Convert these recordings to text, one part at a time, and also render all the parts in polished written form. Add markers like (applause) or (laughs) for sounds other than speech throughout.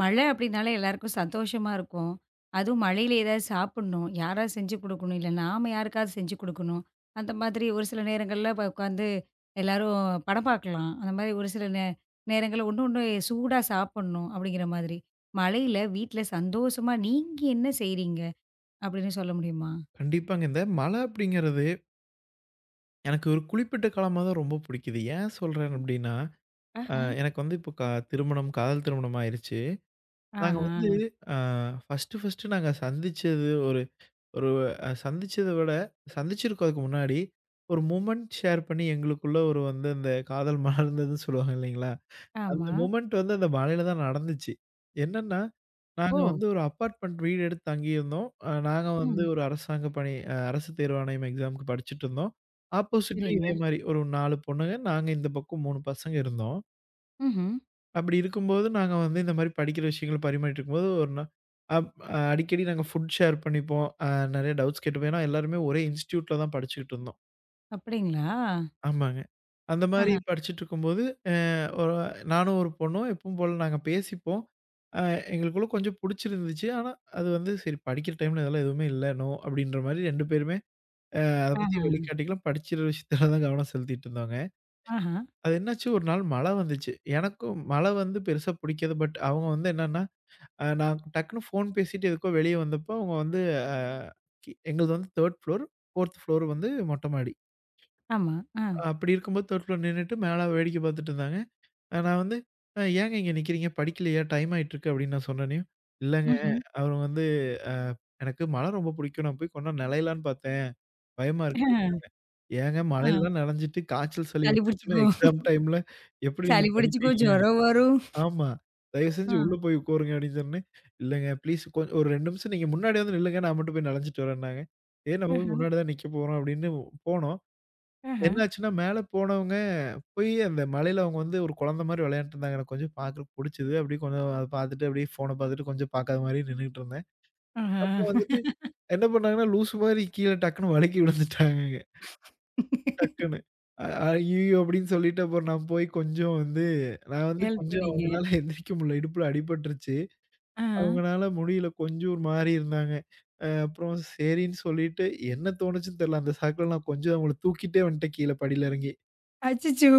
மழை அப்படின்னாலே எல்லாருக்கும் சந்தோஷமா இருக்கும். அதுவும் மழையில ஏதாவது சாப்பிடணும். யாராவது செஞ்சு குடுக்கணும். இல்ல நாம யாருக்காவது செஞ்சு குடுக்கணும். அந்த மாதிரி ஒரு சில நேரங்கள்ல ப உட்காந்து எல்லாரும் படம் பார்க்கலாம். அந்த மாதிரி ஒரு சில நேரங்கள்ல ஒண்ணு ஒண்ணு சூடா சாப்பிடணும் அப்படிங்கிற மாதிரி. மழையில வீட்ல சந்தோஷமா நீங்க என்ன செய்றீங்க அப்படின்னு சொல்ல முடியுமா? கண்டிப்பாங்க. இந்த மழை அப்படிங்கிறது எனக்கு ஒரு குறிப்பிட்ட காலமா தான் ரொம்ப பிடிக்குது. ஏன் சொல்றேன் அப்படின்னா, அ ஆஹா, எனக்கு வந்து இப்போ திருமணம், காதல் திருமணம் ஆயிருச்சு. நாங்க ஆஹா, வந்து அ ஃபர்ஸ்ட்டு ஃபர்ஸ்ட்டு நாங்க சந்திச்சது ஒரு ஒரு அ சந்திச்சத விட சந்திச்சிருக்கோம் அதுக்கு முன்னாடி, ஒரு மொமெண்ட் ஷேர் பண்ணி எங்களுக்குள்ள ஒரு வந்து அந்த காதல் மலர்ந்ததுன்னு சொல்லுவாங்க இல்லைங்களா? அந்த ஆமா. மொமெண்ட் வந்து அந்த மலையில தான் நடந்துச்சு. என்னன்னா, நாங்க ஓ! வந்து ஒரு அப்பார்ட்மெண்ட் வீடு எடுத்து தங்கியிருந்தோம். நாங்க வந்து ம். ஒரு அரசாங்க பணி அரசு தேர்வாணையம் எக்ஸாம்க்கு படிச்சுட்டுருந்தோம். ஆப்போசிட்லயும் சரிங்க. இதே மாரி ஒரு 4 பொண்ணுங்க, நாங்க இந்த பக்கம் 3 பசங்க இருந்தோம். ம்ஹ்ம். அப்படி இருக்கும்போது நாங்க வந்து இந்த மாரி படிக்கிற விஷயங்கள பரிமாறிட்டு இருக்கும்போது, ஒரு நா அப் அடிக்கடி நாங்க ஃபுட் ஷேர் பண்ணிப்போம். நெறைய டவுட்ஸ் கேட்டுப்போம். ஏன்னா எல்லாருமே ஒரே இன்ஸ்டிடியூட்ல தான் படிச்சுக்கிட்டு இருந்தோம். அப்படிங்களா? ஆமாங்க. அந்த மாரி படிச்சுட்டுருக்கும்போது, அ ஒரு நானும் ஒரு பொண்ணும் எப்பவும் போல நாங்க பேசிப்போம். அ எங்களுக்குள்ள கொஞ்சம் புடிச்சிருந்துச்சு. ஆனா, அது வந்து சரி படிக்கிற டைம்ல இதெல்லாம் எதுவுமே இல்ல. நோ அப்படின்ற மாரி 2 பேருமே அத ஆஹா, பத்தி வெளிக்காட்டிக்கலாம். படிச்சிற விஷயத்துல தான் கவனம் செலுத்திட்டு இருந்தோங்க. ஆஹா. அது என்னாச்சு ஒரு நாள் மழை வந்துச்சு. எனக்கும் மழை வந்து பெருசா பிடிக்காது. பட் அவங்க வந்து என்னன்னா, நான் டக்குன்னு ஃபோன் பேசிட்டு எதுக்கோ வெளிய வந்தப்போ, அவங்க வந்து அ கி எங்களது வந்து 3 ஃப்ளோர். 4த் ஃப்ளோர் வந்து மொட்ட மாடி. ஆமா. ஆ. அப்படி இருக்கும்போது 3 ஃப்ளோர் நின்னுட்டு மேல வேடிக்கை பார்த்துட்டு இருந்தாங்க. நான் வந்து, ஏங்க இங்க நிக்கிறீங்க? படிக்கலையா? டைம் ஆயிட்டுருக்கு" அப்படின்னு நான் சொன்னோனேயும், "இல்லங்க ம்ஹ்ம். அவரு வந்து அ எனக்கு மழை ரொம்ப புடிக்கும். நான் போய் கொஞ்நேரம் நனையலான்னு பார்த்தேன். பயமா இருக்கு." ஏங்க ஆ. மழையிலலாம் நனஞ்சிட்டு காய்ச்சல், சளி சளி வந்துருச்சுன்னா புடிச்சுக்கும். எக்ஸாம் டைம்ல எப்படி சளி நீங்க புடிச்சுக்கும், படிப்பீங்க? ஜுரம் வரும். ஆமா. தயவு செஞ்சு ஆ. உள்ள போய் உட்காருங்க அப்படின்னு சொன்னோனே, "இல்லங்க ப்ளீஸ் ஒரு 2 நிமிஷம் நீங்க முன்னாடி வந்து நில்லுங்க. நான் மட்டும் போய் நனஞ்சிட்டு வரேன்னாங்க." சரி நம்ம போய் ஆஹா, முன்னாடி தான் நிக்க போறோம் அப்படின்னு போனோம். ஆஹா, என்னாச்சுன்னா, மேல போனவங்க போய் அந்த மலையில அவங்க வந்து ஒரு குழந்தை மாரி விளையாண்ட்டு இருந்தாங்க. எனக்கு கொஞ்சம் பார்க்கறக்கு புடிச்சது. அப்படியே கொஞ்சம் அத பார்த்துட்டு, அப்படியே ஃபோன பார்த்துட்டு கொஞ்சம் பார்க்காத மாரி நின்னுட்டு இருந்தேன். ஆஹா. அப்புறம் வந்துட்டு என்ன பண்ணாங்கன்னா, லூசு மாரி கீழ டக்குன்னு வழுக்கி விழுந்துட்டாங்கங்க. டக்குன்னு. "ஐய்யய்யோ!" அப்படின்னு சொல்லிட்டு அப்புறம் நான் போய் கொஞ்சம் வந்து நான் வந்து ஹெல்ப் கொஞ்சம் பண்ணீங்க. அவங்கனால எந்திரிக்க முடியல. இடுப்புல அடிபட்டுருச்சு. ஆஹா. அவங்கனால முடியல. கொஞ்சம் ஒரு மாரி இருந்தாங்க. அப்புறம் சரின்னு சொல்லிட்டு என்ன தோணுச்சுன்னு தெரியல. அந்த சாக்குல நான் கொஞ்சம் அவங்கள தூக்கிட்டே வந்துட்டேன் கீழ படியில இறங்கி. அச்சச்சோ!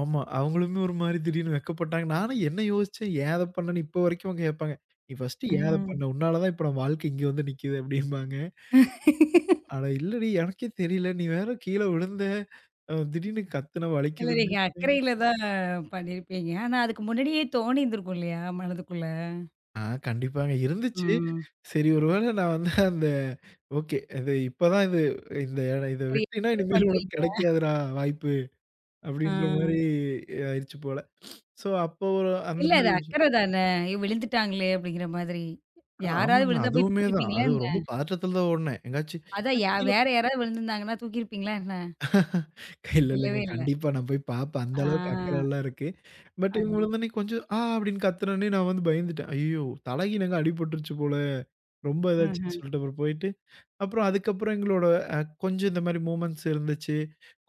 ஆமா. அவங்களுமே ஒரு மாரி திடீர்னு வெட்கப்பட்டாங்க. நானும் என்ன யோசிச்சேன்? ஏன் அத பண்ணேன்னு இப்ப வரைக்கும் அவங்க கேட்பாங்க. "நீ ஃபர்ஸ்ட்டு ஆ. ஏன் அத பண்ண? உன்னால தான் இப்ப நம்ம வாழ்க்கை இங்க வந்து நிக்குது" அப்படிம்பாங்க. "அட இல்லடி எனக்கே தெரியல. நீ வேற கீழ விழுந்த. திடீர்னு கத்துன இல்ல வலிக்குதுன்னு" நீங்க அக்கறையில தான் பண்ணியிருப்பீங்க. ஆனா அதுக்கு முன்னாடியே தோணியிருந்திருக்கும் இல்லையா? மனதுக்குள்ள. ஆ கண்டிப்பாங்க. இருந்துச்சு. ம். சரி ஒருவேள நான் வந்து அந்த ஓகே இது இப்ப தான் இது இந்த இத சரி விட்டீன்னா எக்ஸ்பெக்ட் இனிமேல் உனக்கு பண்றீங்க. கிடைக்காதுடா வாய்ப்பு. ஆ. அப்படின்ற மாரி ஆயிருச்சு போல. ஸோ அப்போ ஒரு அந்த இல்ல அது மாரி அக்கறை தான. ஐயோ! விழுந்துட்டாங்களே அப்படிங்கிற மாதிரி. ஆ, யாராவது ஆமாங்க. விழுந்தா போய் அதுவுமே தான். தூக்கியிருப்பீங்களா அது ரொம்ப என்ன? பதற்றத்துல தான் ஓடுனேன். எங்கயாச்சும் அதான் ஏன்னா கீழ வேற யாராவது விழுந்திருந்தாங்கன்னா தூக்கியிருப்பீங்களா என்ன? இல்ல இல்லங்க. இல்லவே இல்ல. கண்டிப்பா நான் போய் பார்ப்பேன். அந்த ஆ அளவுக்கு அக்கறைலாம் இருக்கு. பட் இவங்க அதான். விழுந்தோனே கொஞ்சம் ஆ அப்படின்னு கத்துனோனே நான் வந்து பயந்துட்டேன். ஐயய்யோ! தலைக்கு என்னங்க அடிபட்டுருச்சு போல. ரொம்ப இதாச்சுன்னு ம்ஹ்ம். சொல்லிட்டு அப்புறம் போயிட்டு அப்புறம் அதுக்கப்புறம் எங்களோட கொஞ்சம் இந்த மாரி மூமெண்ட்ஸ் இருந்துச்சு.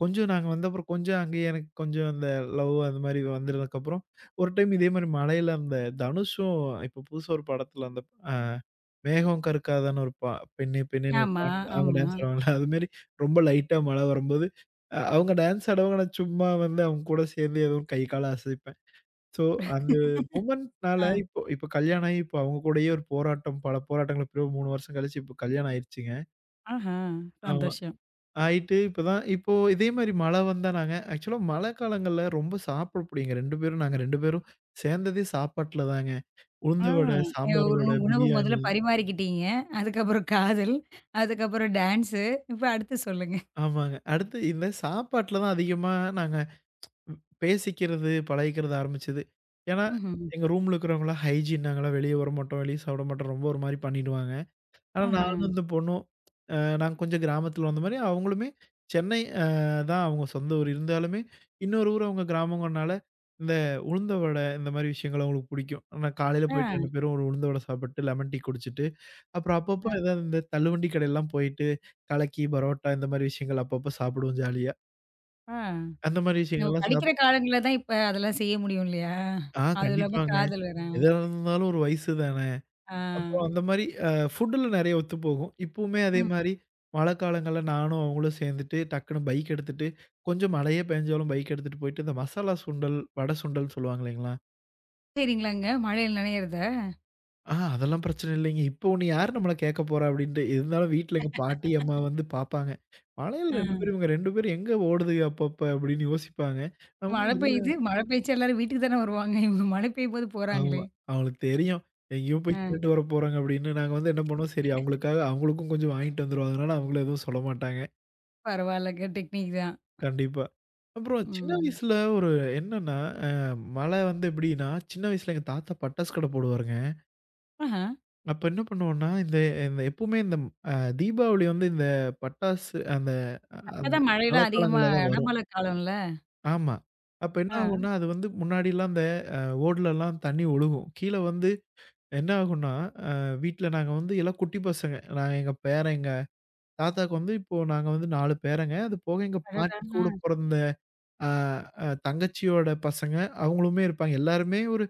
கொஞ்சம் நாங்க வந்த அப்புறம் கொஞ்சம் அங்கேயே எனக்கு கொஞ்சம் அந்த லவ் அந்த மாரி வந்ததுக்கப்புறம், ஒரு டைம் இதே மாரி மழையில அந்த தனுஷும் இப்போ புதுசா ஒரு படத்துல அந்த அ மேகம் கருக்காதான்னு ஒரு பா பெண்ணே பெண்ணேன்னு ஒரு ஆமா, பாட்டு அவங்க ஆமா. டான்ஸ் ஆடுவாங்கல்ல, அது மாரி ரொம்ப லைட்டா மழை வரும்போது, அவங்க டான்ஸ் ஆடுவாங்க. நான் சும்மா வந்து அவங்க கூட சேர்ந்து ஏதோ கை கால அசைப்பேன். ஸோ அந்த மூமெண்ட்னால ஆ. இப்போ இப்போ கல்யாணம் ஆகி இப்போ அவங்க கூடயே ஒரு போராட்டம் பல போராட்டங்கள் பிறகு 3 வருஷம் கழிச்சு இப்போ கல்யாணம் ஆயிருச்சுங்க. ஆஹா! ஆமா. சந்தோஷம். ஆயிட்டு இப்ப தான் இப்போ இதே மாரி மழை வந்தா நாங்க ஆக்சுவலா மழை காலங்கள்ல ரொம்ப சாப்பிட புடிக்குங்க. 2 பேரும் நாங்க 2 பேரும் சேர்ந்ததே சாப்பாட்டுல தாங்க. ஆ உளுந்த வடை, சாம்பார் ஒரு வடை, உணவு முதல்ல பிரியாணி. பரிமாறிக்கிட்டீங்க. அதுக்கப்புறம் காதல், அதுக்கப்புறம் டான்ஸு. இப்ப அடுத்து சொல்லுங்க. ஆமாங்க. அடுத்து இந்த சாப்பாட்டுல தான் அதிகமா நாங்க பேசிக்கிறது, பழகிக்கிறது ஆரம்பிச்சது. ஏன்னா, ம்ஹ்ம். எங்க ரூம்ல இருக்கிறவங்கலாம் ஹைஜீன் நாங்கலாம் வெளிய வரமாட்டோம், வெளிய சாப்பிட மாட்டோம். ரொம்ப ஒரு மாரி பண்ணிடுவாங்க. ஆனா ஆஹா. நானும் இந்த பொண்ணும் அ நாங்க கொஞ்சம் கிராமத்துல வந்த மாரி, அவங்களுமே சென்னை தான் அவங்க சொந்த ஊர். இருந்தாலுமே இன்னொரு ஊர் அவங்க கிராமங்கறனால, இந்த உளுந்த வடை இந்த மாரி விஷயங்கள் அவங்களுக்கு புடிக்கும். ஆனா காலையில ஆ, போயிட்டு 2 பேரும் ஒரு உளுந்த வடை சாப்பிட்டு, லெமன் டீ குடிச்சிட்டு, அப்புறம் ஆ, அப்பப்போ ஏதாவது இந்த தள்ளுவண்டி கடையெல்லாம் போயிட்டு, கலக்கி, பரோட்டா இந்த மாரி விஷயங்கள் அப்பப்போ சாப்பிடுவோம் ஜாலியா. ஆ. அந்த மாரி நம்ம விஷயங்கள்லாம் படிக்கிற சாப் காலங்கள்ல தான் இப்ப அதெல்லாம் செய்ய முடியும் இல்லையா? ஆ அதுவும் இல்லாம கண்டிப்பாங்க. காதல் வேற. எதா இருந்தாலும் ஒரு வயசு தான. ஆ. அப்புறம் அந்த மாரி ஃபுட்டுல நெறைய ஒத்துப்போகும். இப்பவுமே அதே ம். மாரி மழை காலங்கள்ல நானும் அவங்களும் சேர்ந்துட்டு டக்குனு பைக் எடுத்துட்டு, கொஞ்சம் மழையே பெஞ்சாலும் பைக் எடுத்துட்டு போயிட்டு, இந்த மசாலா சுண்டல், வடை சுண்டல்ன்னு சொல்லுவாங்க இல்லைங்களா? சரிங்களாங்க. மழையில நனையிறத? ஆ அதெல்லாம் பிரச்சனை இல்லைங்க. இப்போ உன்ன யாரு நம்மள கேட்க போறா? அப்படின்ட்டு இருந்தாலும் வீட்ல எங்க பாட்டி, அம்மா வந்து பார்ப்பாங்க. மழையில 2 பேரும் ஆ. இவங்க 2 பேரும் எங்க ஓடுதுக அப்பப்ப அப்படின்னு யோசிப்பாங்க. மழை நம்மளும் இல்ல பெய்யுது. மழை பெய்ஞ்சா எல்லாரும் வீட்டுக்கு தானே வருவாங்க. இவங்க மழை பெய்யும்போது ஆமா. போறாங்களே! அவங்களுக்கு தெரியும். எங்கேயோ போய் ஆ. திருட்டு வர போறாங்க அப்படின்னு. நாங்க வந்து என்ன பண்ணுவோம், சரி அவங்களுக்காக அவங்களுக்கும் கொஞ்சம் வாங்கிட்டு வந்துருவோம். அதனால அவங்களும் எதுவும் சொல்ல மாட்டாங்க. பரவால்லங்க. டெக்னிக் தான். கண்டிப்பா. அப்புறம் சின்ன ம். வயசுல ஒரு என்னன்னா, அ மழை வந்து எப்படின்னா, சின்ன வயசுல எங்க தாத்தா பட்டாசு கடை போடுவாருங்க. ஆஹா. அப்ப என்ன பண்ணுவோம்னா, இந்த இந்த எப்பவுமே இந்த அ தீபாவளி வந்து இந்த பட்டாசு அந்த அந்த அப்பதான் மழை மழைலாம் அதிகமா காலங்கள்ல தான் வரும். இடைமழை காலம்ல. ஆமா. அப்ப என்ன ஆ. ஆகும்னா, அது வந்து முன்னாடிலாம் அந்த ஓடுலலாம் தண்ணி ஒழுகும். கீழ வந்து என்ன ஆகும்னா, அ வீட்ல நாங்க வந்து எல்லாம் குட்டி பசங்க. நான் எங்க பேரன், எங்க தாத்தாக்கு வந்து இப்போ நாங்க வந்து 4 பேரங்க. அது போக எங்க அடடா! பாட்டி ஆ. கூட பொறந்த ஆ, அ தங்கச்சியோட பசங்க அவங்களுமே இருப்பாங்க. எல்லாருமே ஒரு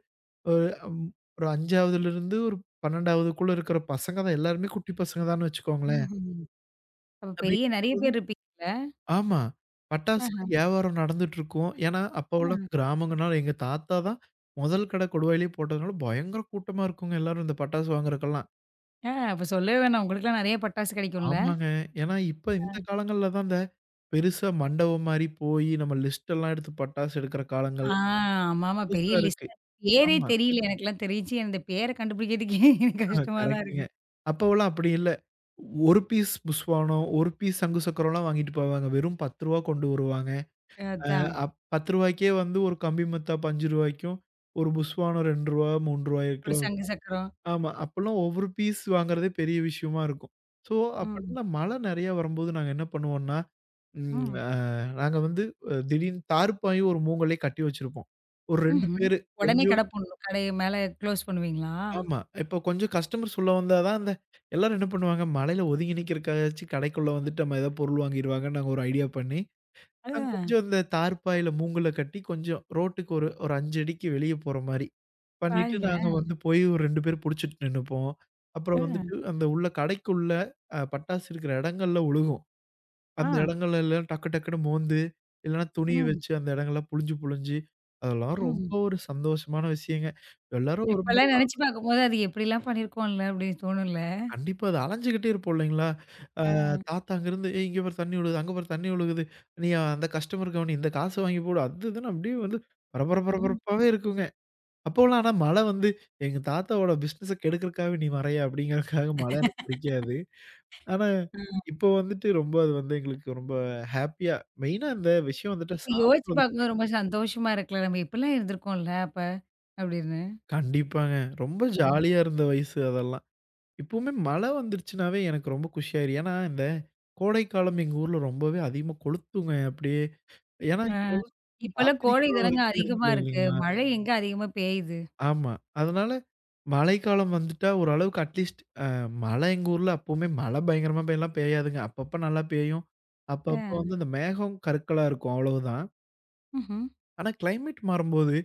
ஒரு ம் ஒரு 5வதுலருந்து ஒரு 12வதுக்குள்ள இருக்கிற பசங்க தான். எல்லாருமே குட்டி பசங்க தான்னு வச்சுக்கோங்களேன். ம்ஹ்ம். அப்ப பெரிய நெறைய அப்படிங்கும்போது பேர் இருப்பீங்கல்ல? ஆமா. பட்டாசு ஆ. வியாபாரம் நடந்துட்டுருக்கும். ஏன்னா, அப்போவெல்லாம் கிராமங்கனால எங்க தாத்தா தான் முதல் கடை கொடுவாயிலயே போட்டதுனால பயங்கர கூட்டமா இருக்குங்க எல்லாரும் இந்த பட்டாசு வாங்குறதுக்கெல்லாம். அப்ப சொல்லவே வேணாம். உங்களுக்கெல்லாம் நெறைய பட்டாசு கிடைக்கும்ல? ஆமாங்க. ஏன்னா, இப்ப இந்த காலங்கள்ல தான் இந்த பெருசா மண்டபம் மாரி போயி நம்ம லிஸ்ட் எல்லாம் எடுத்து பட்டாசு எடுக்கிற காலங்கள் ஆ. ஆமாமா. பெரிய புதுசா லிஸ்ட். இருக்கு. பேரே ஆமா. தெரியல. எனக்கெல்லாம் தெரிஞ்சு அந்த பேர கண்டுபிடிக்கிறதுக்கே (laughs) எனக்கு ஆ கஷ்டமா தான் இருக்கு. கரெக்ட்டுங்க. அப்போவெல்லாம் அப்படி இல்ல. 1 பீஸ் புஸ்வானம், 1 பீஸ் சங்கு சக்கரம்லாம் வாங்கிட்டு போவாங்க. வெறும் ரூ. 10 கொண்டு வருவாங்க. அ அதான். அப் ரூ. 10க்கே வந்து ஒரு கம்பி மத்தாப்பு ரூ. 5க்கும், ஒரு புஸ்வானம் ரூ. 2, ரூ. ஒரு 3க்கெல்லாம் சங்கு சக்கரம். ஆமா. அப்போலாம் ஒவ்வொரு பீஸ் வாங்குறதே பெரிய விஷயமா இருக்கும். ஸோ, ம். அப்பன்னா மழை நெறையா வரும்போது நாங்க என்ன பண்ணுவோம்னா, ம் ம். அ நாங்க வந்து திடீர்னு தார்ப்பாயும் ஒரு மூங்கலையும் கட்டி வச்சிருப்போம். ஒரு 2 ம்ஹ்ம். பேரு கொஞ் உடனே கடை பூட்டணும். கடைய மேல க்ளோஸ் பண்ணுவீங்களா? ஆமா. இப்போ கொஞ்சம் கஸ்டமர்ஸ் உள்ள வந்தா தான் அந்த எல்லாரும் என்ன பண்ணுவாங்க, மழையில ஒதுங்கி நிக்கிறக்காச்சும் கடைக்குள்ள வந்துட்டு நம்ம ஏதாவது பொருள் வாங்கிருவாங்கன்னு நாங்க ஒரு ஐடியா பண்ணி, ஆ. நாங்க கொஞ்சம் இந்த தார்ப்பாயில மூங்குல கட்டி கொஞ்சம் ரோட்டுக்கு ஒரு ஒரு 5 அடிக்கு வெளிய போற மாரி பண்ணிட்டு, நாங்க பாருங்களேன். வந்து போய் ஒரு 2 பேர் புடிச்சிட்டு நின்னுப்போம். ஆ. அப்புறம் வந்துட்டு அந்த உள்ள கடைக்குள்ள பட்டாசு இருக்கிற இடங்கள்ல ஒழுகும். ஆ. அந்த இடங்கள்ல எல்லாம் டக்கு டக்குன்னு மோந்து, இல்லன்னா துணிய ம். வச்சு அந்த இடங்கள்லாம் புழிஞ்சு புழிஞ்சு, அதெல்லாம் ரொம்ப ம். ஒரு சந்தோஷமான விஷயங்க. எல்லாரும் ஒரு மாரி இப்பலாம் நெனைச்சு பார்க்கும்போது அது எப்படிலாம் பண்ணியிருக்கோம்ல அப்படின்னு தோணும்ல? கண்டிப்பா. அது அலைஞ்சுகிட்டே இருப்போம் இல்லைங்களா? அ ஆ. ம். தாத்தா அங்கருந்து "ஏய் இங்க பாரு தண்ணி விழுகுது, அங்க பாரு தண்ணி விழுகுது. நீ அந்த கஸ்டமர் கவனி, இந்த காச வாங்கி போடு." அது இதுன்னு அப்படியே வந்து ம். பரபரப்பாவே இருக்குங்க. அப்போலாம் ஆனா மழை வந்து எங்க தாத்தாவோட பிசினஸ கெடுக்கறக்காகவே நீ வரையா அப்படிங்கிறதுக்காக மழை எனக்கு பிடிக்காது. ஆனா அ. இப்போ வந்துட்டு ரொம்ப அது வந்து எங்களுக்கு ரொம்ப ஹேப்பியா மெயினா இந்த விஷயம் வந்துட்டு இப்ப யோசிச்சு சாப்பிடுறது பார்க்கும்போது ரொம்ப சந்தோஷமா இருக்குல்ல. நம்ம இப்படிலாம் இருந்திருக்கோம்ல அப்ப, அப்படின்னு. கண்டிப்பாங்க. ரொம்ப ஜாலியா இருந்த வயசு அதெல்லாம். இப்பவுமே மழை வந்துருச்சுனாவே எனக்கு ரொம்ப குஷியாயிரு. ஏன்னா, இந்த கோடைக்காலம் எங்க ஊர்ல ரொம்பவே அதிகமா கொளுத்துங்க அப்படியே. ஏன்னா, அ. இப்போலாம் இப்பல்லாம் கோடை காத்தடிக்கிற தானங்க வரைக்குமே அதிகமா இருக்குல்ல இருக்கு. இல்லைங்களா? மழை எங்க அதிகமா பெய்யுது. ஆமா. அதனால மழைக்காலம் வந்துட்டா ஓரளவுக்கு அட்லீஸ்ட் மழை எங்க ஊர்ல அப்பவுமே மழை பயங்கரமா எல்லாம் பெய்யாதுங்க. அப்பப்ப நல்லா பெய்யும். அப்பப்ப அ. வந்து அந்த மேகம் கருக்களா இருக்கும் அவ்வளவுதான். ம்ஹ்ம். ஆனா கிளைமேட் மாறும்போது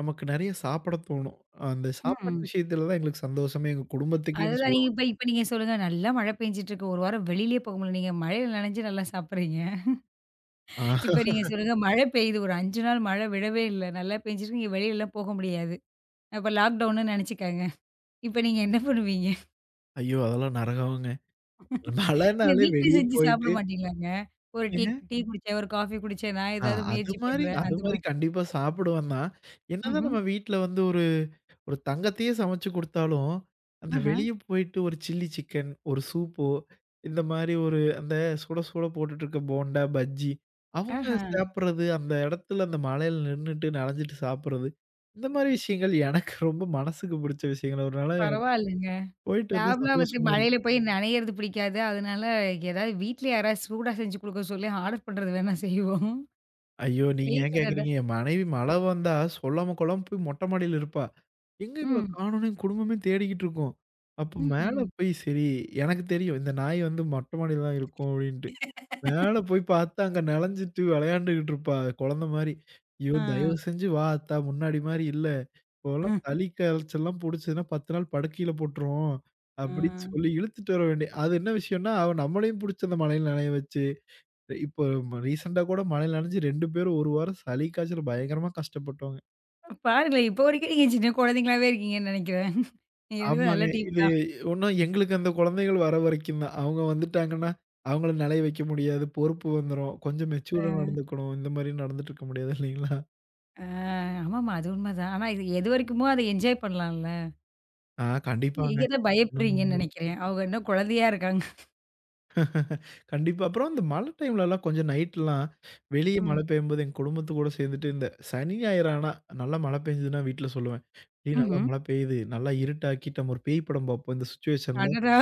நமக்கு நெறைய சாப்பிட தோணும். அந்த சாப்பாட்டு ம். விஷயத்துல தான் எங்களுக்கு சந்தோஷமே எங்க குடும்பத்துக்கேன்னு அதுதான் நீங்க சொல்லலாம். இப்ப இப்ப நீங்க சொல்லுங்க, நல்லா மழை பெஞ்சுட்டு இருக்கு. ஒரு வாரம் வெளியிலயே போக முடியல. நீங்க மழையில நனைஞ்சு நல்லா சாப்பிடுறீங்க. இப்ப ஆஹ் நீங்க சொல்லுங்க, மழை பெய்யுது. ஒரு 5 நாள் மழை விடவே இல்ல. நல்லா பெஞ்சுட்டு இருக்கு. நீங்க வெளியிலலாம் போக முடியாது. அப்ப லாக்டவுன்னு நெனச்சுக்கங்க. இப்ப நீங்க என்ன பண்ணுவீங்க? ஐயோ! அதெல்லாம் நரகம்ங்க. இல்ல மழைனாலே வீட்ல வெளிய செஞ்சு சாப்பிட போயிட்டு மாட்டீங்களாங்க? ஒரு டீ ஏங்க, டீ குடிச்சேன், ஒரு காஃபி குடிச்சேன், நான் ஆ ஏதாவது முயற்சி பண்றேன். அது அந்த மாரி மாரி. கண்டிப்பா சாப்பிடுவேன் தான். என்னதான் ம்ஹ்ம். நம்ம வீட்ல வந்து ஒரு ஒரு தங்கத்தையே சமைச்சு குடுத்தாலும், அந்த ஆஹா, வெளிய போயிட்டு ஒரு சில்லி சிக்கன், ஒரு சூப்போ, இந்த மாரி ஒரு அந்த சுட சுட போட்டுட்டு இருக்க போண்டா, பஜ்ஜி, அவங்க ஆஹா. சாப்பிடுறது, அந்த இடத்துல அந்த மழையில நின்னுட்டு நனைஞ்சிட்டு சாப்பிடுறது, இந்த மாரி விஷயங்கள் எனக்கு ரொம்ப மனசுக்கு பிடிச்ச விஷயங்கள். அதனால எனக்கு பரவாயில்லங்க. போயிட்டு வந்து நாமலாம் வந்து சந்தோஷமா மழையில போய் நனையறது பிடிக்காது. அதனால ஏதாவது வீட்ல யாராவது சூடா செஞ்சு குடுக்க சொல்லி ஆர்டர் பண்றது வேணா செய்வோம். ஐயோ! நீங்க நீங்க ஏன் என்னது? கேட்குறீங்க? என் மனைவி மழ வந்தா சொல்லாம கொள்ளாம போய் மொட்டை மாடியில இருப்பா. எங்க இவள ம். காணோம்னு எங்க குடும்பமே தேடிக்கிட்டு இருக்கோம். அப்போ மேல ம்ஹ்ம். போய் சரி எனக்கு தெரியும். இந்த நாய் வந்து மொட்டை மாடியில தான் இருக்கும் அப்டின்ட்டு. மேல போய் பார்த்தா அங்க நெளஞ்சிட்டு விளையாண்டுகிட்டு இருப்பா குழந்த மாரி. ஐயோ! ஆ. தயவு செஞ்சு வா அத்தா முன்னாடி மாரி இல்ல. அ, இப்போலாம் சளி காய்ச்சல்லாம் புடிச்சதுன்னா 10 நாள் படுக்கையில போட்டுரும். ஆ. அப்டின்னு சொல்லி இழுத்துட்டு வர வேண்டிய அது என்ன விஷயம்னா, அவ நம்மளையும் புடிச்சு அந்த மழையில நனைய வச்சு இப்போ ரீசென்ட்டா கூட மழையில நனஞ்சு 2 பேரும் 1 வாரம் சளி, காய்ச்சல் பயங்கரமா கஷ்டப்பட்டோங்க. பாருங்களேன், இப்போ வரைக்கும் நீங்க சின்ன குழந்தைங்களாவே இருக்கீங்கன்னு நெனைக்கிறேன். எனக்கும் நல்ல ஆமாங்க. டீம் இது தான். ஒண்ணும் எங்களுக்கு அந்த குழந்தைகள் வர வரைக்கும் தான். அவங்க வந்துட்டாங்கன்னா, அவங்கள நெலைய வைக்க முடியாது. பொறுப்பு வந்துரும். கொஞ்சம் மெச்சூர்டா நடந்துக்கணும். இந்த மாரி நடந்துட்டு இருக்க முடியாது இல்லைங்களா? அ, ஆமாமா. அது உண்மதான். ஆனா இது எது வரைக்குமோ அத என்ஜாய் பண்ணலாம்ல. ஆ கண்டிப்பாங்க. நீங்க தான் என்னமோ பயப்படுறீங்கன்னு உண்மதான். நெனைக்கிறேன். அவங்க இன்னும் குழந்தையா இருக்காங்க. கண்டிப்பா. அப்புறம் இந்த மழை டைம்லலாம் கொஞ்சம் நைட்லாம் வெளிய ம். மழை பெய்யும்போது எங்க குடும்பத்து கூட சேர்ந்துட்டு இந்த சனி, ஞாயிறு ஆனா நல்லா மழை பெஞ்சதுன்னா வீட்ல சொல்லுவேன். "ஏய் நல்லா ம்ஹ்ம். மழை பெய்யுது. நல்லா இருட்டாக்கிட்டு நம்ம ஒரு பேய் படம் பார்ப்போம் இந்த சிச்சுவேஷன்ல." அடடா!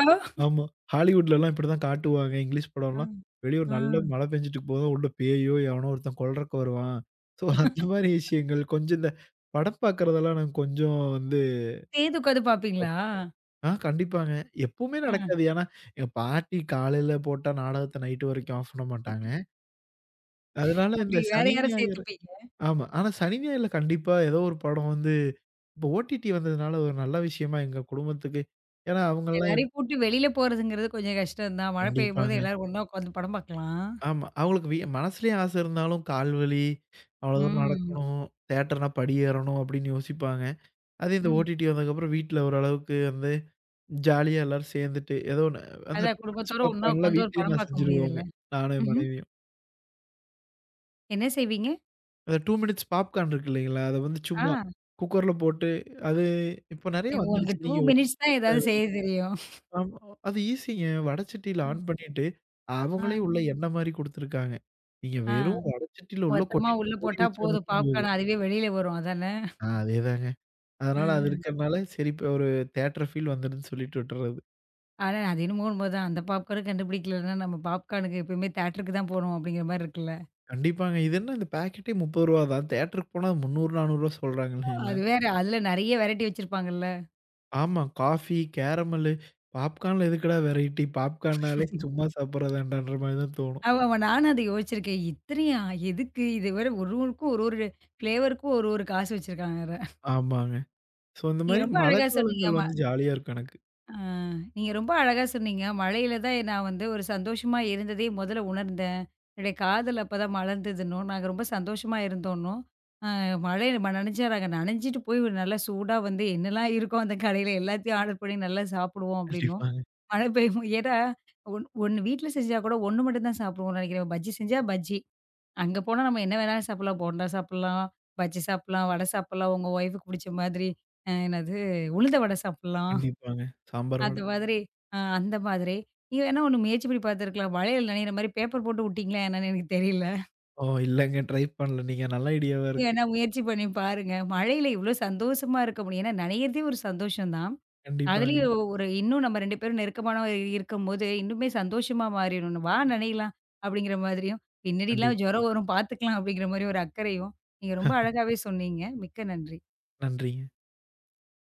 ஆமா. ஹாலிவுட்லலாம் இப்படிதான் காட்டுவாங்க. இங்கிலீஷ் ஆ, படம்லாம் வெளிய ஒரு ஆ. நல்ல மழை பெஞ்சுட்டு போதும் உள்ள பேயோ, எவனோ ஒருத்தன் கொல்றக்கு வருவான். ஸோ அந்த மாரி விஷயங்கள் கொஞ்சம் இந்த படம் பார்க்கறதெல்லாம் நான் கொஞ்சம் வந்து சேர்ந்து உட்காந்து பார்ப்பீங்களா? ஆ கண்டிப்பாங்க. எப்பவுமே ஆ. நடக்காது. ஏன்னா, எங்க பாட்டி காலையில போட்டா நாடகத்த நைட் வரைக்கும் ஆஃப் பண்ண மாட்டாங்க. அதனால அப்படி இந்த வேற சனி, யார ஞாயிறு சேர்த்துப்பீங்க? ஆமா. ஆனா சனி, ஞாயிறுல கண்டிப்பா ஏதோ ஒரு படம் வந்து இப்போ ஓடிடி வந்ததுனால ஒரு நல்ல விஷயமா எங்க குடும்பத்துக்கு ஏன்னா அவங்கலாம் எல்லாரையும் கூட்டு வெளியில போறதுங்கிறது கொஞ்சம் கஷ்டம் தான். மழை பெய்யும்போது கண்டிப்பாங்க. எல்லாரும் ஒண்ணா உட்காந்து படம் பார்க்கலாம். ஆமா. அவங்களுக்கு மனசுலயும் ஆசை இருந்தாலும் கால் வலி, அவ்வளோ தூரம் ம். நடக்கணும், தியேட்டர்னா படி ஏறணும் அப்படின்னு யோசிப்பாங்க. அது இந்த ம். ஓடிடி வந்ததுக்கப்புறம் வீட்ல ஓரளவுக்கு வந்து ஜாலியா எல்லாரும் சேர்ந்துட்டு ஏதோ ஒண்ணு அந்த அதான் 2 மினிட்ஸ் குடும்பத்தோட ஒண்ணா பாப்கார்ன்லாம் உட்காந்து ஒரு வீட்லயே படம் நான் பார்க்க செஞ்சுருவோங்க. முடியுதுல்ல. நானும் என் ம்ஹ்ம். மனைவியும். என்ன செய்வீங்க? அந்த 2 மினிட்ஸ் பாப்கார்ன் இருக்கு இல்லைங்களா? அத வந்து ஆ சும்மா குக்கர்ல போட்டு அது இப்போ நெறைய உங்களுக்கு வந்துருச்சு. 2 நீங்க ஒன்னும் மினிட்ஸ் தான் ஏதாவது செய்ய தேவையில்ல. தெரியும். ஆமா. அது ஈஸிங்க. வடச்சட்டியில ஆ, ஆன் பண்ணிட்டு, அவங்களே ஆ. உள்ள எண்ணெய் மாரி குடுத்துருக்காங்க. நீங்க ஆ. வெறும் வடச்சட்டியில உள்ள மொத்தமா கொட்டிட்டு உள்ள மூடி போட்டா வச்சா போதும் மட்டும் பாப்கார்ன் அதுவே வெளியில வரும் அதானே? ஆ, அதேதாங்க. அதனால அது அ. இருக்கிறனால, சரி இப்ப ஒரு தியேட்டர் ஃபீல் வந்துடுதுன்னு சொல்லிட்டு விட்டுறது. ஆனா, அது என்னமோ உண்மதான். அந்த பாப்கார்ன கண்டுபிடிக்கலன்னா, நம்ம பாப்கார்னுக்கு எப்பயுமே தியேட்டருக்கு தான் போணும் அப்படிங்கிற மாரி இருக்குல்ல. கண்டிப்பாங்க. இது என்ன இந்த பாக்கெட்டே ரூ. 30 தான். தியேட்டருக்கு போனா ரூ. 300, 400 சொல்றாங்க இல்லைங்களா? அது வேற அதுல நெறைய வெரைட்டி வச்சிருப்பாங்கல்ல. ஆமா. காஃபி, கேரமல்லு, பாப்கார்ன்ல எதுக்குடா வெரைட்டி? பாப்கார்ன்னாலே சும்மா சாப்பிடுறதாண்டான்ற மாரி தான் தோணும். ஆமாமா. நானும் அத யோசிச்சிருக்கேன். இத்தனையா? எதுக்கு? இது வேற ஒரு ஒருக்கும் ஒரு ஒரு ஃப்ளேவருக்கும் ஒரு ஒரு காசு வச்சிருக்காங்க வேற. ஆமாங்க. ஸோ இந்த நீங்க மாரி ரொம்ப அழகா சொன்னீங்க. மழைக்காலங்கள் ம வந்து ஜாலியா இருக்கும் எனக்கு. ஆ நீங்க ரொம்ப அழகா சொன்னீங்க. மழையில தான் நான் வந்து ஒரு சந்தோஷமா இருந்ததே முதல்ல உணர்ந்தேன். என்னுடைய காதல் அப்பதான் மலர்ந்ததுன்னும், நாங்க ரொம்ப சந்தோஷமா இருந்தோன்னும். மழை ம நனைஞ்சாராங்க. நனைஞ்சிட்டு போய் ஒரு நல்லா சூடா வந்து என்னலாம் இருக்கோ அந்த கடையில எல்லாத்தையும் ஆர்டர் பண்ணி நல்லா சாப்பிடுவோம் அப்படின்னோம். கண்டிப்பாங்க, மழை பெய்யும் ஏன்னா ஒண்ணு வீட்ல செஞ்சா கூட ஒண்ணு மட்டும் தான் சாப்பிடுவோம்னு நெனைக்கிறேன். பஜ்ஜி செஞ்சா பஜ்ஜி. அங்க போனா நம்ம என்ன வேணாலும் சாப்பிடலாம். போண்டா சாப்பிடலாம், பஜ்ஜி சாப்பிடலாம், வடை சாப்பிடலாம். உங்க ஒய்ஃப்க்கு புடிச்ச மாதிரி அ என்னது உளுந்த வடை சாப்பிடலாம். கண்டிப்பாங்க. அந்த சாம்பாரோட. மாதிரி அந்த மாதிரி. நீங்க வேணா ஒண்ணு முயற்சி பண்ணி பார்த்துருக்கலாம். மழையில நனையிற மாரி பேப்பர் போட்டு விட்டீங்களா என்னன்னு எனக்கு தெரியல. ஓ! இல்லங்க. ட்ரை பண்ணல. நீங்க நல்ல ஐடியாவா இருக்கு. ஏன்னா முயற்சி பண்ணி பாருங்க. மழையில இவ்ளோ சந்தோஷமா இருக்க முடியும். ஏன்னா நனையிறதே ஒரு சந்தோஷம் தான். கண்டிப்பாங்க, அதுலயும் ஒரு இன்னும் நம்ம 2 பேரும் நெருக்கமானவ இருக்கும்போது, இன்னுமே சந்தோஷமா மாறிடும். "வா நனையலாம்" அப்படிங்கிற மாதிரியும், "பின்னாடிலாம் கண்டிப்பா. ஜுரம் வரும், பாத்துக்கலாம்" அப்படிங்கிற மாரி ஒரு அக்கறையும், நீங்க ரொம்ப அழகாவே சொன்னீங்க. மிக்க நன்றி. நன்றிங்க.